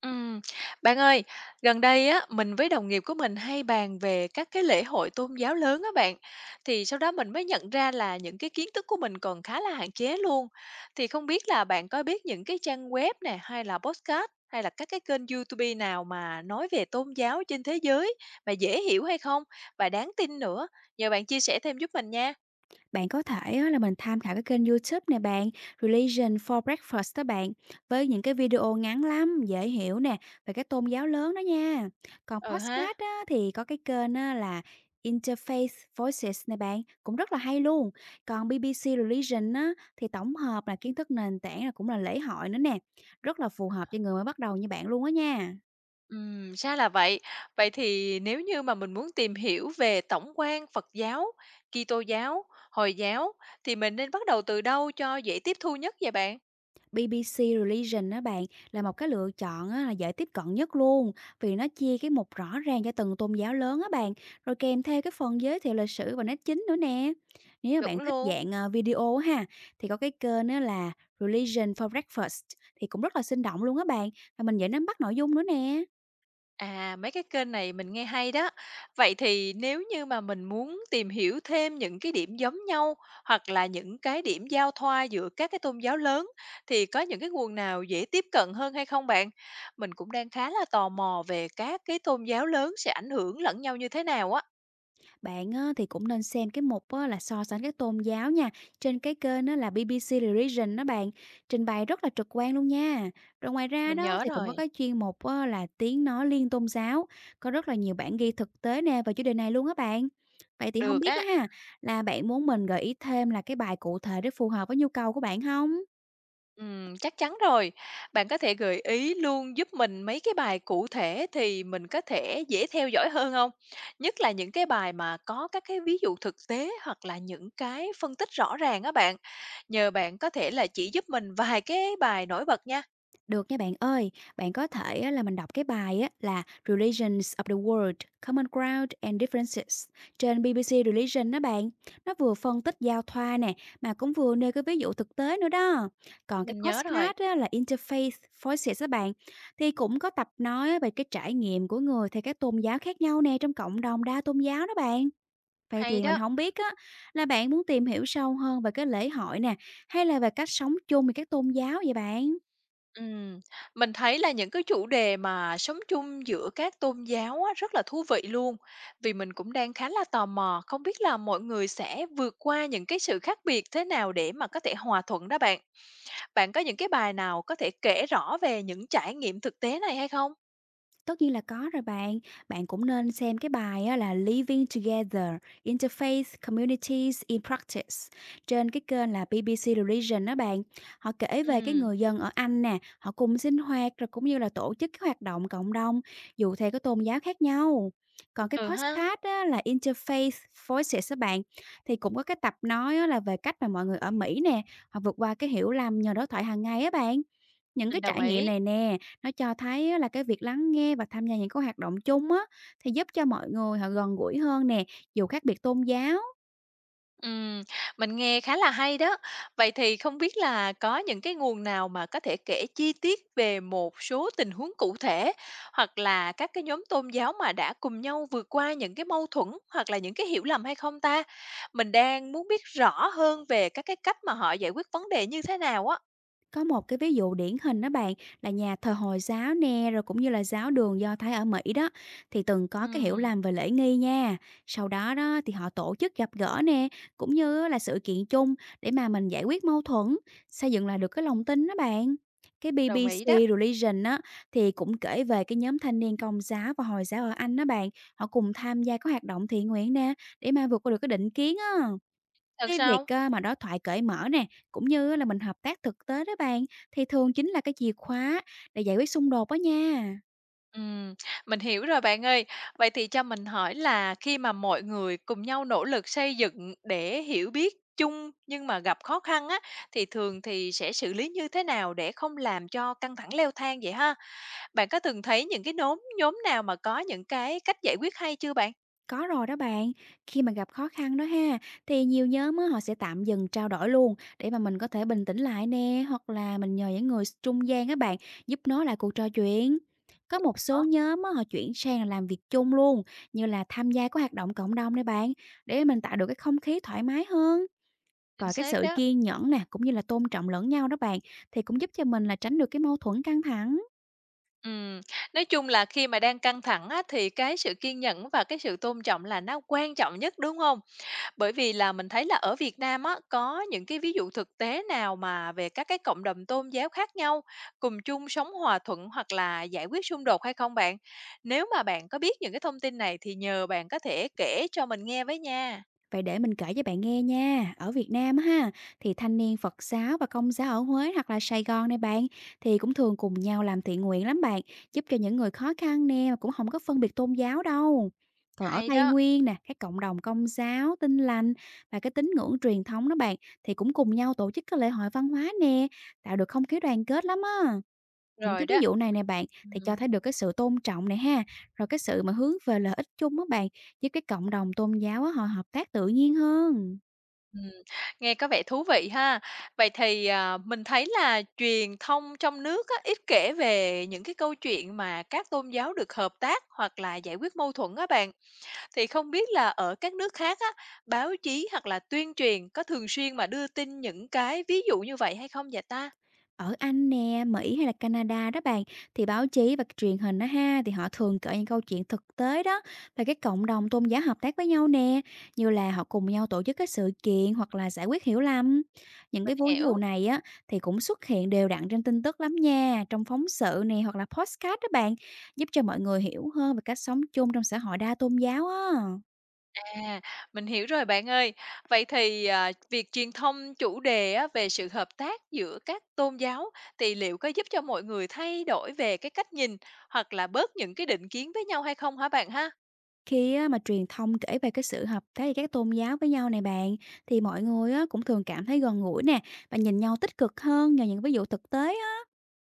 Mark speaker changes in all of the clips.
Speaker 1: Ừm, bạn ơi, gần đây á, mình với đồng nghiệp của mình hay bàn về các cái lễ hội tôn giáo lớn á bạn. Thì sau đó mình mới nhận ra là những cái kiến thức của mình còn khá là hạn chế luôn. Thì không biết là bạn có biết những cái trang web nè hay là podcast hay là các cái kênh YouTube nào mà nói về tôn giáo trên thế giới mà dễ hiểu hay không và đáng tin nữa. Nhờ bạn chia sẻ thêm giúp mình nha.
Speaker 2: Bạn có thể á, là mình tham khảo cái kênh YouTube này bạn, Religion for Breakfast đó bạn, với những cái video ngắn lắm, dễ hiểu nè, về các tôn giáo lớn đó nha. Còn
Speaker 1: Ừ ha.
Speaker 2: podcast á, thì có cái kênh á, là Interfaith Voices này bạn, cũng rất là hay luôn. Còn BBC Religion á, thì tổng hợp là kiến thức nền tảng là cũng là lễ hội nữa nè, rất là phù hợp cho người mới bắt đầu như bạn luôn á nha.
Speaker 1: Ra là vậy. Vậy thì nếu như mà mình muốn tìm hiểu về tổng quan Phật giáo, Kitô giáo, Hồi giáo thì mình nên bắt đầu từ đâu cho dễ tiếp thu nhất vậy bạn?
Speaker 2: BBC Religion đó bạn là một cái lựa chọn á, là dễ tiếp cận nhất luôn, vì nó chia cái mục rõ ràng cho từng tôn giáo lớn á bạn, rồi kèm theo cái phần giới thiệu lịch sử và nét chính nữa nè. Nếu mà
Speaker 1: Chuẩn
Speaker 2: bạn thích
Speaker 1: luôn.
Speaker 2: dạng video á ha, thì có cái kênh á là Religion for Breakfast thì cũng rất là sinh động luôn á bạn, và mình dễ nắm bắt nội dung nữa nè.
Speaker 1: À, mấy cái kênh này mình nghe hay đó. Vậy thì nếu như mà mình muốn tìm hiểu thêm những cái điểm giống nhau hoặc là những cái điểm giao thoa giữa các cái tôn giáo lớn thì có những cái nguồn nào dễ tiếp cận hơn hay không bạn? Mình cũng đang khá là tò mò về các cái tôn giáo lớn sẽ ảnh hưởng lẫn nhau như thế nào á.
Speaker 2: Bạn á, thì cũng nên xem cái mục á, là so sánh các tôn giáo nha, trên cái kênh á, là BBC Religion đó bạn, trình bày rất là trực quan luôn nha. Rồi ngoài ra
Speaker 1: Mình
Speaker 2: đó
Speaker 1: nhớ
Speaker 2: thì cũng có
Speaker 1: rồi,
Speaker 2: cái chuyên mục á, là tiếng nói liên tôn giáo, có rất là nhiều bản ghi thực tế nè về chủ đề này luôn á bạn. Vậy thì không
Speaker 1: được
Speaker 2: biết á
Speaker 1: á,
Speaker 2: ha, là bạn muốn mình gợi ý thêm là cái bài cụ thể để phù hợp với nhu cầu của bạn không?
Speaker 1: chắc chắn rồi. Bạn có thể gợi ý luôn giúp mình mấy cái bài cụ thể thì mình có thể dễ theo dõi hơn không. Nhất là những cái bài mà có các cái ví dụ thực tế hoặc là những cái phân tích rõ ràng á bạn. Nhờ bạn có thể là chỉ giúp mình vài cái bài nổi bật nha.
Speaker 2: Được nha bạn ơi, bạn có thể á, là mình đọc cái bài á, là Religions of the World, Common Ground and Differences trên BBC Religion đó bạn. Nó vừa phân tích giao thoa nè, mà cũng vừa nêu cái ví dụ thực tế nữa đó. Còn cái
Speaker 1: Mình nhớ rồi,
Speaker 2: podcast á, là Interfaith Voices đó bạn, thì cũng có tập nói về cái trải nghiệm của người theo các tôn giáo khác nhau nè trong cộng đồng đa tôn giáo đó bạn. Vậy
Speaker 1: hay
Speaker 2: thì mình
Speaker 1: đó.
Speaker 2: không biết á, là bạn muốn tìm hiểu sâu hơn về cái lễ hội nè, hay là về cách sống chung với các tôn giáo vậy bạn?
Speaker 1: Ừm, mình thấy là những cái chủ đề mà sống chung giữa các tôn giáo á, rất là thú vị luôn. Vì mình cũng đang khá là tò mò, không biết là mọi người sẽ vượt qua những cái sự khác biệt thế nào để mà có thể hòa thuận đó bạn. Bạn có những cái bài nào có thể kể rõ về những trải nghiệm thực tế này hay không?
Speaker 2: Tất nhiên là có rồi bạn. Bạn cũng nên xem cái bài á là Living Together: Interfaith Communities in Practice trên cái kênh là BBC Religion đó bạn. Họ kể về cái
Speaker 1: Ừm,
Speaker 2: người dân ở Anh nè, họ cùng sinh hoạt rồi cũng như là tổ chức các hoạt động cộng đồng dù theo cái tôn giáo khác nhau. Còn cái
Speaker 1: ừ ha,
Speaker 2: podcast á, là Interfaith Voices các bạn, thì cũng có cái tập nói á, là về cách mà mọi người ở Mỹ nè, họ vượt qua cái hiểu lầm nhờ đối thoại hàng ngày á bạn. Những
Speaker 1: mình
Speaker 2: cái
Speaker 1: đồng
Speaker 2: trải nghiệm
Speaker 1: ý.
Speaker 2: này nè, nó cho thấy á là cái việc lắng nghe và tham gia những cái hoạt động chung á, thì giúp cho mọi người họ gần gũi hơn nè, dù khác biệt tôn giáo.
Speaker 1: Ừm, mình nghe khá là hay đó. Vậy thì không biết là có những cái nguồn nào mà có thể kể chi tiết về một số tình huống cụ thể hoặc là các cái nhóm tôn giáo mà đã cùng nhau vượt qua những cái mâu thuẫn hoặc là những cái hiểu lầm hay không ta? Mình đang muốn biết rõ hơn về các cái cách mà họ giải quyết vấn đề như thế nào á.
Speaker 2: Có một cái ví dụ điển hình đó bạn, là nhà thờ Hồi giáo nè, rồi cũng như là giáo đường Do Thái ở Mỹ đó, thì từng có cái hiểu
Speaker 1: Ừm,
Speaker 2: lầm về lễ nghi nha. Sau đó đó thì họ tổ chức gặp gỡ nè, cũng như là sự kiện chung để mà mình giải quyết mâu thuẫn, xây dựng lại được cái lòng tin đó bạn. Cái
Speaker 1: đồng ý đó.
Speaker 2: BBC Religion á thì cũng kể về cái nhóm thanh niên Công giáo và Hồi giáo ở Anh đó bạn, họ cùng tham gia các hoạt động thiện nguyện nè để mà vượt qua được cái định kiến á.
Speaker 1: Thật
Speaker 2: Cái việc,
Speaker 1: sao?
Speaker 2: mà đối thoại cởi mở nè, cũng như á là mình hợp tác thực tế đó bạn, thì thường chính là cái chìa khóa để giải quyết xung đột đó nha.
Speaker 1: Ừm, mình hiểu rồi bạn ơi. Vậy thì cho mình hỏi là khi mà mọi người cùng nhau nỗ lực xây dựng để hiểu biết chung nhưng mà gặp khó khăn á, thì thường thì sẽ xử lý như thế nào để không làm cho căng thẳng leo thang vậy ha? Bạn có từng thấy những cái nhóm nhóm nào mà có những cái cách giải quyết hay chưa bạn?
Speaker 2: Có rồi đó bạn, khi mà gặp khó khăn đó ha, thì nhiều nhóm á họ sẽ tạm dừng trao đổi luôn để mà mình có thể bình tĩnh lại nè, hoặc là mình nhờ những người trung gian á bạn, giúp nối lại cuộc trò chuyện. Có một
Speaker 1: Ờ,
Speaker 2: số nhóm á họ chuyển sang là làm việc chung luôn, như là tham gia các hoạt động cộng đồng nè bạn, để mình tạo được cái không khí thoải mái hơn.
Speaker 1: chính
Speaker 2: Còn cái
Speaker 1: xác
Speaker 2: sự
Speaker 1: đó.
Speaker 2: kiên nhẫn nè, cũng như là tôn trọng lẫn nhau đó bạn, thì cũng giúp cho mình là tránh được cái mâu thuẫn căng thẳng.
Speaker 1: Ừm, nói chung là khi mà đang căng thẳng á, thì cái sự kiên nhẫn và cái sự tôn trọng là nó quan trọng nhất đúng không? Bởi vì là mình thấy là ở Việt Nam á, có những cái ví dụ thực tế nào mà về các cái cộng đồng tôn giáo khác nhau cùng chung sống hòa thuận hoặc là giải quyết xung đột hay không bạn? Nếu mà bạn có biết những cái thông tin này thì nhờ bạn có thể kể cho mình nghe với nha.
Speaker 2: Vậy để mình kể cho bạn nghe nha, ở Việt Nam á ha, thì thanh niên Phật giáo và Công giáo ở Huế hoặc là Sài Gòn này bạn, thì cũng thường cùng nhau làm thiện nguyện lắm bạn, giúp cho những người khó khăn nè, mà cũng không có phân biệt tôn giáo đâu. Còn ở
Speaker 1: Hay
Speaker 2: Tây
Speaker 1: đó.
Speaker 2: Nguyên nè, các cộng đồng Công giáo, Tin lành và cái tín ngưỡng truyền thống đó bạn, thì cũng cùng nhau tổ chức các lễ hội văn hóa nè, tạo được không khí đoàn kết lắm á. Những
Speaker 1: Rồi
Speaker 2: cái ví
Speaker 1: đó.
Speaker 2: dụ này nè bạn, thì cho
Speaker 1: Ừm,
Speaker 2: thấy được cái sự tôn trọng này ha, rồi cái sự mà hướng về lợi ích chung đó bạn, với cái cộng đồng tôn giáo á, họ hợp tác tự nhiên hơn.
Speaker 1: ừm, nghe có vẻ thú vị ha. Vậy thì, à, mình thấy là truyền thông trong nước á, ít kể về những cái câu chuyện mà các tôn giáo được hợp tác hoặc là giải quyết mâu thuẫn á bạn. Thì không biết là ở các nước khác á, báo chí hoặc là tuyên truyền có thường xuyên mà đưa tin những cái ví dụ như vậy hay không vậy ta?
Speaker 2: Ở Anh nè, Mỹ hay là Canada đó bạn, thì báo chí và truyền hình đó ha, thì họ thường kể những câu chuyện thực tế đó về cái cộng đồng tôn giáo hợp tác với nhau nè, như là họ cùng nhau tổ chức cái sự kiện hoặc là giải quyết hiểu lầm. Những
Speaker 1: Mình
Speaker 2: cái ví dụ
Speaker 1: hiểu.
Speaker 2: này á thì cũng xuất hiện đều đặn trên tin tức lắm nha, trong phóng sự nè hoặc là podcast đó bạn, giúp cho mọi người hiểu hơn về cách sống chung trong xã hội đa tôn giáo á.
Speaker 1: À, mình hiểu rồi bạn ơi. Vậy thì, à, việc truyền thông chủ đề á, về sự hợp tác giữa các tôn giáo thì liệu có giúp cho mọi người thay đổi về cái cách nhìn hoặc là bớt những cái định kiến với nhau hay không hả bạn ha?
Speaker 2: Khi á, mà truyền thông kể về cái sự hợp tác giữa các tôn giáo với nhau này bạn, thì mọi người á, cũng thường cảm thấy gần gũi nè và nhìn nhau tích cực hơn nhờ những ví dụ thực tế á.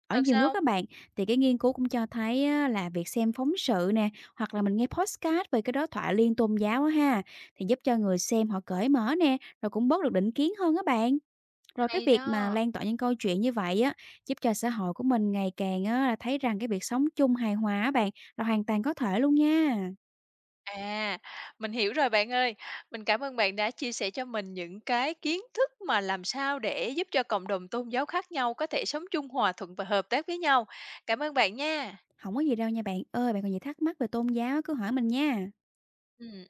Speaker 2: Ở
Speaker 1: Thật
Speaker 2: nhiều nước
Speaker 1: sao?
Speaker 2: các bạn, thì cái nghiên cứu cũng cho thấy á, là việc xem phóng sự nè hoặc là mình nghe podcast về cái đối thoại liên tôn giáo á ha, thì giúp cho người xem họ cởi mở nè, rồi cũng bớt được định kiến hơn các bạn. Rồi cái
Speaker 1: Hay
Speaker 2: việc mà
Speaker 1: đó.
Speaker 2: lan tỏa những câu chuyện như vậy á giúp cho xã hội của mình ngày càng á, là thấy rằng cái việc sống chung hài hòa á bạn là hoàn toàn có thể luôn nha.
Speaker 1: À, mình hiểu rồi bạn ơi. Mình cảm ơn bạn đã chia sẻ cho mình những cái kiến thức mà làm sao để giúp cho cộng đồng tôn giáo khác nhau có thể sống chung hòa thuận và hợp tác với nhau. Cảm ơn bạn nha.
Speaker 2: Không có gì đâu nha bạn ơi, bạn còn gì thắc mắc về tôn giáo á cứ hỏi mình nha.
Speaker 1: Ừm.